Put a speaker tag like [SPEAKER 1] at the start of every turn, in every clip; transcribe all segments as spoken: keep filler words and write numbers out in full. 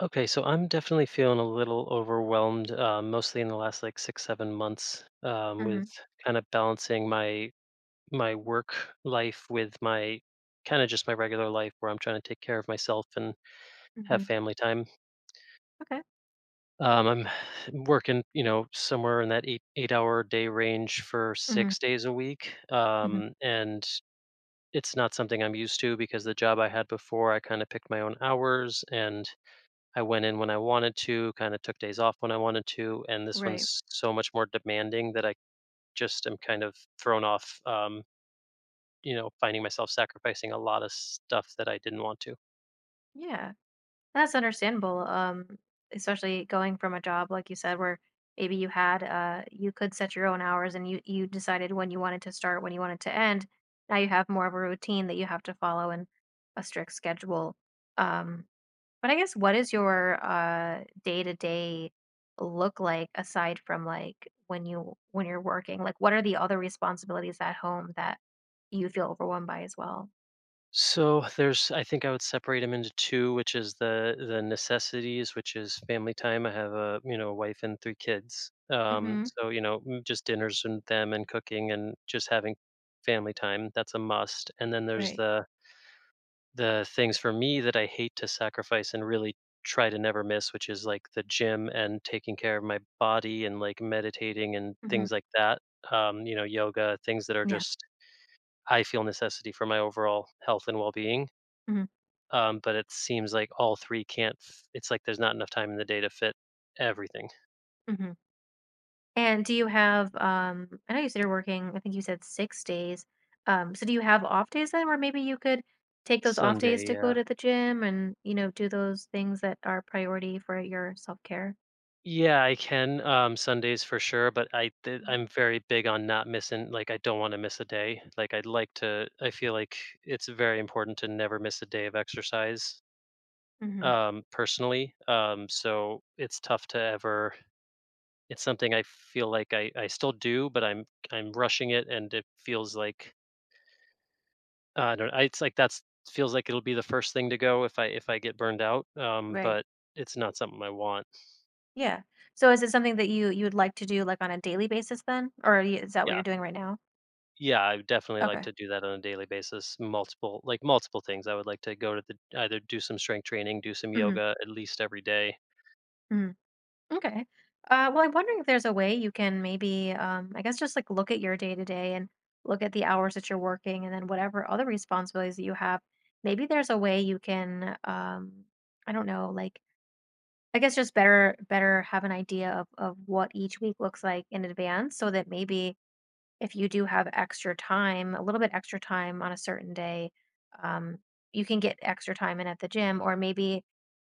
[SPEAKER 1] Okay, so I'm definitely feeling a little overwhelmed, uh, mostly in the last like six, seven months, um, with
[SPEAKER 2] Mhm,
[SPEAKER 1] kind of balancing my my work life with my kind of just my regular life, where I'm trying to take care of myself and have
[SPEAKER 2] mhm.
[SPEAKER 1] family time.
[SPEAKER 2] Okay.
[SPEAKER 1] Um, I'm working, you know, somewhere in that eight eight hour day range for
[SPEAKER 2] Mhm,
[SPEAKER 1] six days a week,
[SPEAKER 2] mhm.
[SPEAKER 1] um, and it's not something I'm used to because the job I had before, I kind of picked my own hours and I went in when I wanted to, kind of took days off when I wanted to, and this
[SPEAKER 2] Right.
[SPEAKER 1] one's so much more demanding that I just am kind of thrown off. Um, you know, finding myself sacrificing a lot of stuff that I didn't want to.
[SPEAKER 2] Yeah. That's understandable, um, especially going from a job, like you said, where maybe you had, uh, you could set your own hours and you you decided when you wanted to start, when you wanted to end. Now you have more of a routine that you have to follow and a strict schedule. Um, but I guess what is your uh day-to-day look like aside from like when you when you're working? Like what are the other responsibilities at home that you feel overwhelmed by as well?
[SPEAKER 1] So there's, I think I would separate them into two, which is the the necessities, which is family time. I have a you know wife and three kids, um,
[SPEAKER 2] Mhm.
[SPEAKER 1] so you know m- just dinners and them and cooking and just having family time. That's a must. And then there's
[SPEAKER 2] Right.
[SPEAKER 1] the the things for me that I hate to sacrifice and really try to never miss, which is like the gym and taking care of my body and like meditating and
[SPEAKER 2] Mhm.
[SPEAKER 1] things like that. Um, you know, yoga, things that are
[SPEAKER 2] Yeah.
[SPEAKER 1] just I feel necessity for my overall health and well being.
[SPEAKER 2] Mhm.
[SPEAKER 1] Um, but it seems like all three can't. f- It's like there's not enough time in the day to fit everything.
[SPEAKER 2] Mhm. And do you have, um I know you said you're working, I think you said six days. Um, so do you have off days then where maybe you could take those off days
[SPEAKER 1] Sunday,
[SPEAKER 2] to go
[SPEAKER 1] yeah.
[SPEAKER 2] to the gym and, you know, do those things that are priority for your self-care?
[SPEAKER 1] Yeah, I can, um, Sundays for sure, but I th
[SPEAKER 2] Mhm.
[SPEAKER 1] I'm very big on not missing like, I don't wanna miss a day, like, I'd like to I feel like it's very important to never miss a day of exercise,
[SPEAKER 2] Mhm.
[SPEAKER 1] um, personally, um, so it's tough to ever it's something I feel like I I still do, but I'm I'm rushing it, and it feels like uh, I don't I it's like that's feels like it'll be the first thing to go if I if I get burned out, um,
[SPEAKER 2] Right.
[SPEAKER 1] but it's not something I want.
[SPEAKER 2] Yeah. So is it something that you you would like to do, like, on a daily basis then? Or y is that what you're
[SPEAKER 1] Yeah.
[SPEAKER 2] doing right now?
[SPEAKER 1] Yeah, I would definitely like
[SPEAKER 2] Okay.
[SPEAKER 1] to do that on a daily basis, multiple like, multiple things. I would like to go to the either do some strength training, do some
[SPEAKER 2] Mhm.
[SPEAKER 1] yoga at least every day.
[SPEAKER 2] Mhm. Okay. Uh, well, I'm wondering if there's a way you can maybe, um, I guess, just like look at your day to day and look at the hours that you're working and then whatever other responsibilities that you have. Maybe there's a way you can, um, I don't know, like, I guess just better, better have an idea of, of what each week looks like in advance so that maybe if you do have extra time, a little bit extra time on a certain day, um, you can get extra time in at the gym or maybe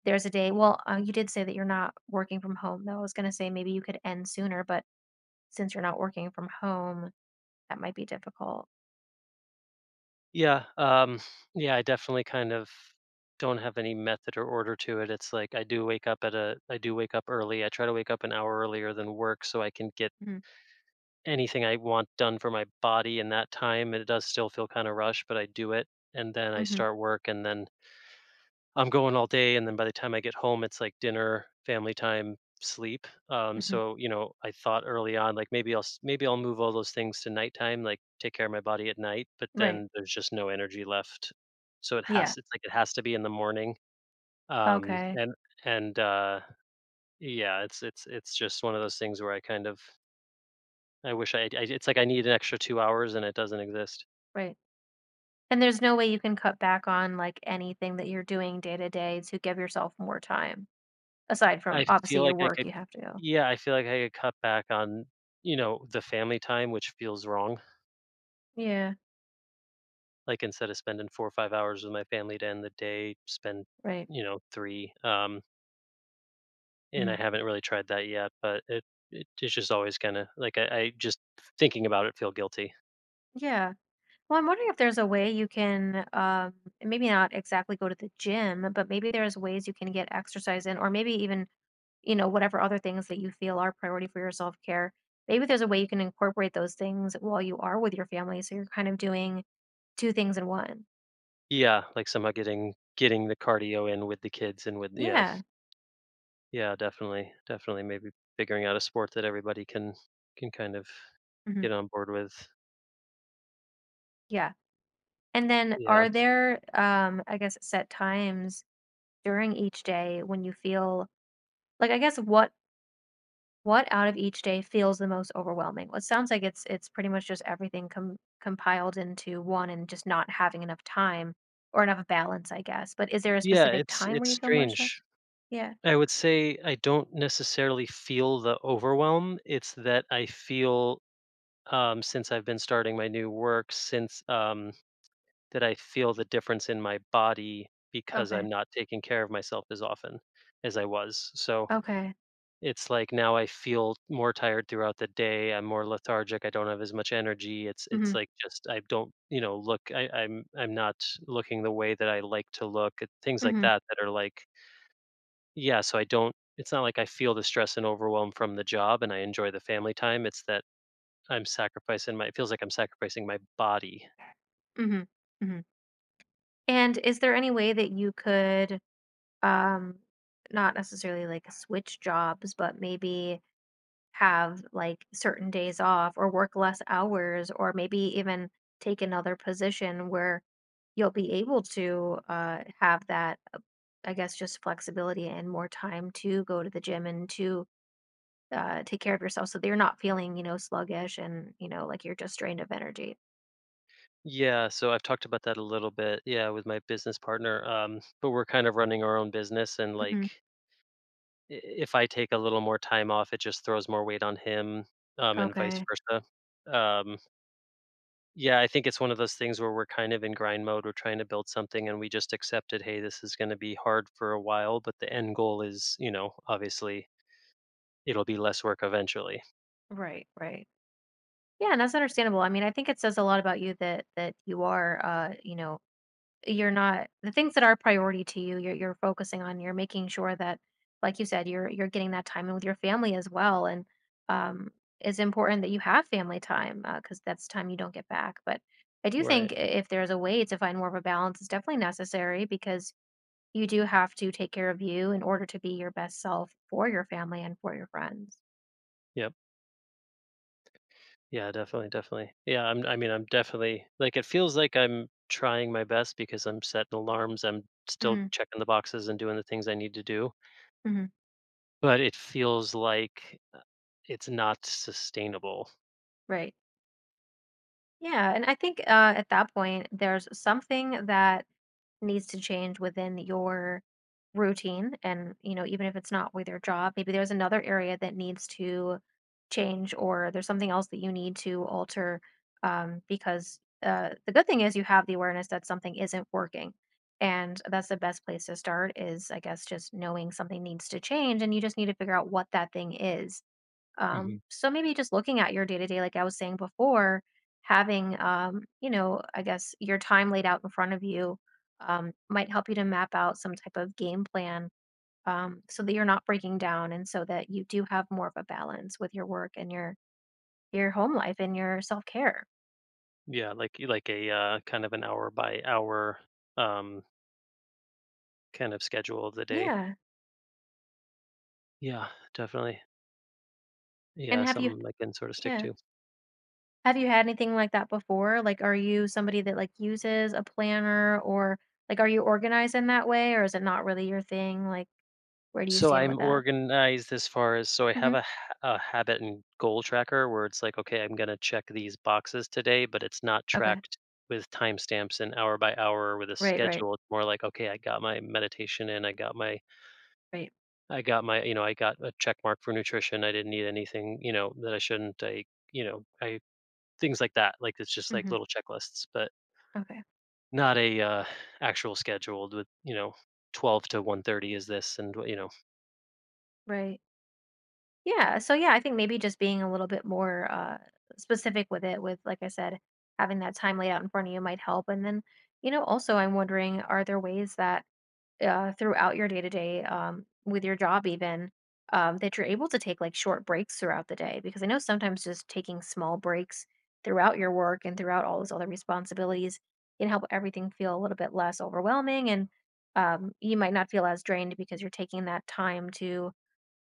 [SPEAKER 2] there's a day well, uh, you did say that you're not working from home, though, I was gonna say maybe you could end sooner, but since you're not working from home, that might be difficult.
[SPEAKER 1] Yeah, um, yeah, I definitely kind of don't have any method or order to it. It's like I do wake up at a I do wake up early. I try to wake up an hour earlier than work so I can get
[SPEAKER 2] Mhm,
[SPEAKER 1] anything I want done for my body in that time, and it does still feel kinda rushed, but I do it, and then I
[SPEAKER 2] mhm,
[SPEAKER 1] start work, and then I'm going all day, and then by the time I get home, it's like dinner, family time, sleep. Um,
[SPEAKER 2] mhm,
[SPEAKER 1] so you know, I thought early on, like maybe I'll s- maybe I'll move all those things to nighttime, like take care of my body at night. But
[SPEAKER 2] right.
[SPEAKER 1] then there's just no energy left, so it has
[SPEAKER 2] Yeah,
[SPEAKER 1] it's like it has to be in the morning. Um,
[SPEAKER 2] okay,
[SPEAKER 1] and and uh, Yeah, it's it's it's just one of those things where I kind of I wish I, I it's like I need an extra two hours and it doesn't exist.
[SPEAKER 2] right. And there's no way you can cut back on, like, anything that you're doing day to day to give yourself more time, aside from,
[SPEAKER 1] I
[SPEAKER 2] obviously,
[SPEAKER 1] feel
[SPEAKER 2] your
[SPEAKER 1] like I
[SPEAKER 2] work
[SPEAKER 1] could,
[SPEAKER 2] you have to go.
[SPEAKER 1] yeah, I feel like I could cut back on you know the family time, which feels wrong.
[SPEAKER 2] Yeah,
[SPEAKER 1] Like, instead of spending four or five hours with my family to end the day, spend,
[SPEAKER 2] right.
[SPEAKER 1] you know, three, um, and I
[SPEAKER 2] Mhm,
[SPEAKER 1] haven't really tried that yet, but it it it's just always kinda like, I I just thinking about it feel guilty.
[SPEAKER 2] yeah. Well, I'm wondering if there's a way you can, um, maybe not exactly go to the gym, but maybe there's ways you can get exercise in or maybe even you know, whatever other things that you feel are priority for your self care, maybe there's a way you can incorporate those things while you are with your family. So you're kind of doing two things in one.
[SPEAKER 1] Yeah, like, somehow getting getting the cardio in with the kids and with yeah,
[SPEAKER 2] Yeah.
[SPEAKER 1] yeah, definitely, definitely maybe figuring out a sport that everybody can can kind of
[SPEAKER 2] Hmm.
[SPEAKER 1] get on board with.
[SPEAKER 2] Yeah. And then
[SPEAKER 1] Yeah.
[SPEAKER 2] are there, um, I guess, set times during each day when you feel like, I guess, what? What out of each day feels the most overwhelming well, it sounds like it's it's pretty much just everything com- compiled into one and just not having enough time or enough balance, I guess, but is there a
[SPEAKER 1] Yeah,
[SPEAKER 2] specific
[SPEAKER 1] it's
[SPEAKER 2] time where
[SPEAKER 1] it's
[SPEAKER 2] you feel more stressed?
[SPEAKER 1] strange.
[SPEAKER 2] Yeah.
[SPEAKER 1] I would say I don't necessarily feel the overwhelm, it's that I feel um, since I've been starting my new work, since um, that I feel the difference in my body because I'm
[SPEAKER 2] Okay.
[SPEAKER 1] not taking care of myself as often as I was. So
[SPEAKER 2] Okay.
[SPEAKER 1] it's like now I feel more tired throughout the day. I'm more lethargic. I don't have as much energy. It's it's
[SPEAKER 2] Mhm.
[SPEAKER 1] like just I don't you know look. I, I'm I'm not looking the way that I like to look. At things like
[SPEAKER 2] Mhm.
[SPEAKER 1] that that are like yeah. So I don't. It's not like I feel the stress and overwhelm from the job, and I enjoy the family time. It's that I'm sacrificing my it feels like I'm sacrificing my body.
[SPEAKER 2] Mhm. Mhm. And is there any way that you could, um, not necessarily like switch jobs, but maybe have like certain days off or work less hours or maybe even take another position where you'll be able to uh, have that, uh, I guess, just flexibility and more time to go to the gym and to uh, take care of yourself so that you're not feeling, you know, sluggish and, you know, like you're just drained of energy.
[SPEAKER 1] Yeah, so I've talked about that a little bit, yeah, with my business partner, um, but we're kind of running our own business and,
[SPEAKER 2] Hmm.
[SPEAKER 1] like, I if I take a little more time off, it just throws more weight on him, um, and vice
[SPEAKER 2] Okay.
[SPEAKER 1] versa. Um, yeah, I think it's one of those things where we're kind of in grind mode, we're trying to build something and we just accepted, "Hey, this is gonna be hard for a while," but the end goal is, you know, obviously, it'll be less work eventually.
[SPEAKER 2] Right, right. Yeah, and that's understandable. I mean, I think it says a lot about you that that you are uh, you know, you're not the things that are priority to you, you're you're focusing on, you're making sure that like you said, you're you're getting that time in with your family as well and um it's important that you have family time because that's time you don't get back. But I do
[SPEAKER 1] Right.
[SPEAKER 2] think i- if there's a way to find more of a balance, it's definitely necessary because you do have to take care of you in order to be your best self for your family and for your friends.
[SPEAKER 1] Yeah. Yeah, definitely, definitely. Yeah, I'm I mean, I'm definitely like, it feels like I'm trying my best because I'm setting alarms, I'm still
[SPEAKER 2] Hmm.
[SPEAKER 1] checking the boxes and doing the things I need to do,
[SPEAKER 2] Hmm.
[SPEAKER 1] but it feels like, uh, it's not sustainable.
[SPEAKER 2] Right. Yeah, and I think uh, at that point, there's something that needs to change within your routine. And, you know, even if it's not with your job, maybe there's another area that needs to change, or there's something else that you need to alter. Um, because uh, the good thing is you have the awareness that something isn't working. And that's the best place to start is, I guess, just knowing something needs to change. And you just need to figure out what that thing is, um,
[SPEAKER 1] Mhm.
[SPEAKER 2] so maybe just looking at your day to day, like I was saying before, having, um, you know, I guess your time laid out in front of you, um, might help you to map out some type of game plan, um, so that you're not breaking down and so that you do have more of a balance with your work and your your home life and your self care.
[SPEAKER 1] Yeah, like like a, uh, kind of an hour by hour, um, kind of schedule of the day.
[SPEAKER 2] Yeah.
[SPEAKER 1] Yeah, definitely.
[SPEAKER 2] And
[SPEAKER 1] Yeah,
[SPEAKER 2] have you,
[SPEAKER 1] something I can sort of stick
[SPEAKER 2] yeah.
[SPEAKER 1] to.
[SPEAKER 2] Have you had anything like that before? Like, are you somebody that like uses a planner or like, are you organized in that way or is it not really your thing? Like, where do you
[SPEAKER 1] So
[SPEAKER 2] stand with
[SPEAKER 1] I'm
[SPEAKER 2] that?
[SPEAKER 1] organized as far as so I have a, ha- a habit and goal tracker where it's like, okay, I'm going to check these boxes today, but it's not
[SPEAKER 2] Okay.
[SPEAKER 1] tracked with timestamps and hour by hour with a
[SPEAKER 2] Right, right,
[SPEAKER 1] schedule. It's more like, okay, I got my meditation in, I got my,
[SPEAKER 2] right.
[SPEAKER 1] I got my, you know, I got a check mark for nutrition. I didn't need anything, you know, that I shouldn't. I, you know, I things like that. Like it's just like
[SPEAKER 2] Hmm.
[SPEAKER 1] little checklists, but
[SPEAKER 2] Okay.
[SPEAKER 1] not a uh, actual scheduled with, you know, twelve to one thirty is this, and you know.
[SPEAKER 2] Right. Yeah. So yeah, I think maybe just being a little bit more uh specific with it, with like I said, having that time laid out in front of you might help. And then, you know, also I'm wondering, are there ways that uh, throughout your day to day, um, with your job even, um, that you're able to take like short breaks throughout the day because I know sometimes just taking small breaks throughout your work and throughout all those other responsibilities can help everything feel a little bit less overwhelming and, um, you might not feel as drained because you're taking that time to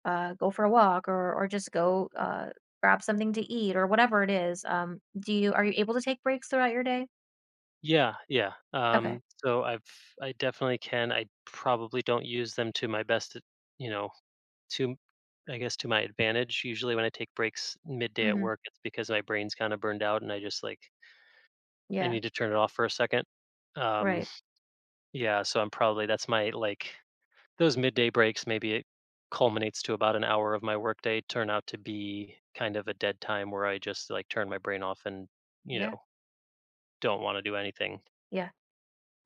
[SPEAKER 2] uh, go for a walk or or just go uh, grab something to eat or whatever it is, um, do you are you able to take breaks throughout your day?
[SPEAKER 1] Yeah, yeah.
[SPEAKER 2] Okay.
[SPEAKER 1] Um, so I've I definitely can. I probably don't use them to my best, at- you know, to I guess to my advantage. Usually when I take breaks midday at
[SPEAKER 2] Hmm.
[SPEAKER 1] work, it's because my brain's kind of burned out and I just like I
[SPEAKER 2] Yeah.
[SPEAKER 1] need to turn it off for a second. Um,
[SPEAKER 2] Right.
[SPEAKER 1] yeah, so I'm probably that's my like those midday breaks maybe it culminates to about an hour of my workday turn out to be kind of a dead time where I just like turn my brain off and, you
[SPEAKER 2] Yeah.
[SPEAKER 1] know, don't want to do anything.
[SPEAKER 2] Yeah.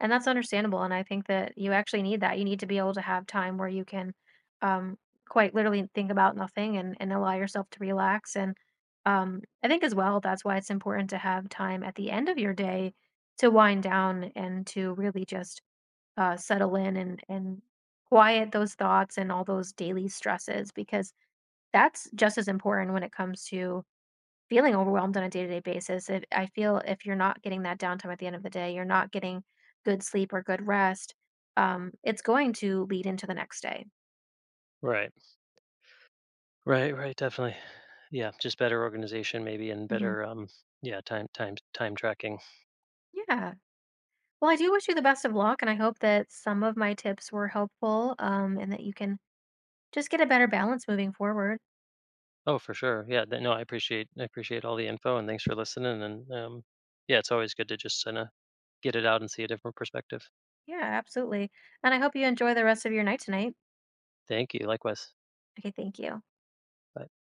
[SPEAKER 2] And that's understandable, and I think that you actually need that. You need to be able to have time where you can, um, quite literally think about nothing and and allow yourself to relax, and, um, I think as well, that's why it's important to have time at the end of your day to wind down and to really just, uh, settle in and and quiet those thoughts and all those daily stresses because that's just as important when it comes to feeling overwhelmed on a day-to-day basis. If I feel if you're not getting that downtime at the end of the day, you're not getting good sleep or good rest, um, it's going to lead into the next day.
[SPEAKER 1] Right. Right, right, definitely. Yeah, just better organization maybe and
[SPEAKER 2] Hmm.
[SPEAKER 1] better um yeah, time time time tracking.
[SPEAKER 2] Yeah. Well, I do wish you the best of luck, and I hope that some of my tips were helpful, um, and that you can just get a better balance moving forward.
[SPEAKER 1] Oh, for sure. Yeah, th- no, I appreciate I appreciate all the info and thanks for listening and um yeah, it's always good to just kind of get it out and see a different perspective.
[SPEAKER 2] Yeah, absolutely. And I hope you enjoy the rest of your night tonight.
[SPEAKER 1] Thank you. Likewise.
[SPEAKER 2] Okay, thank you.
[SPEAKER 1] Bye.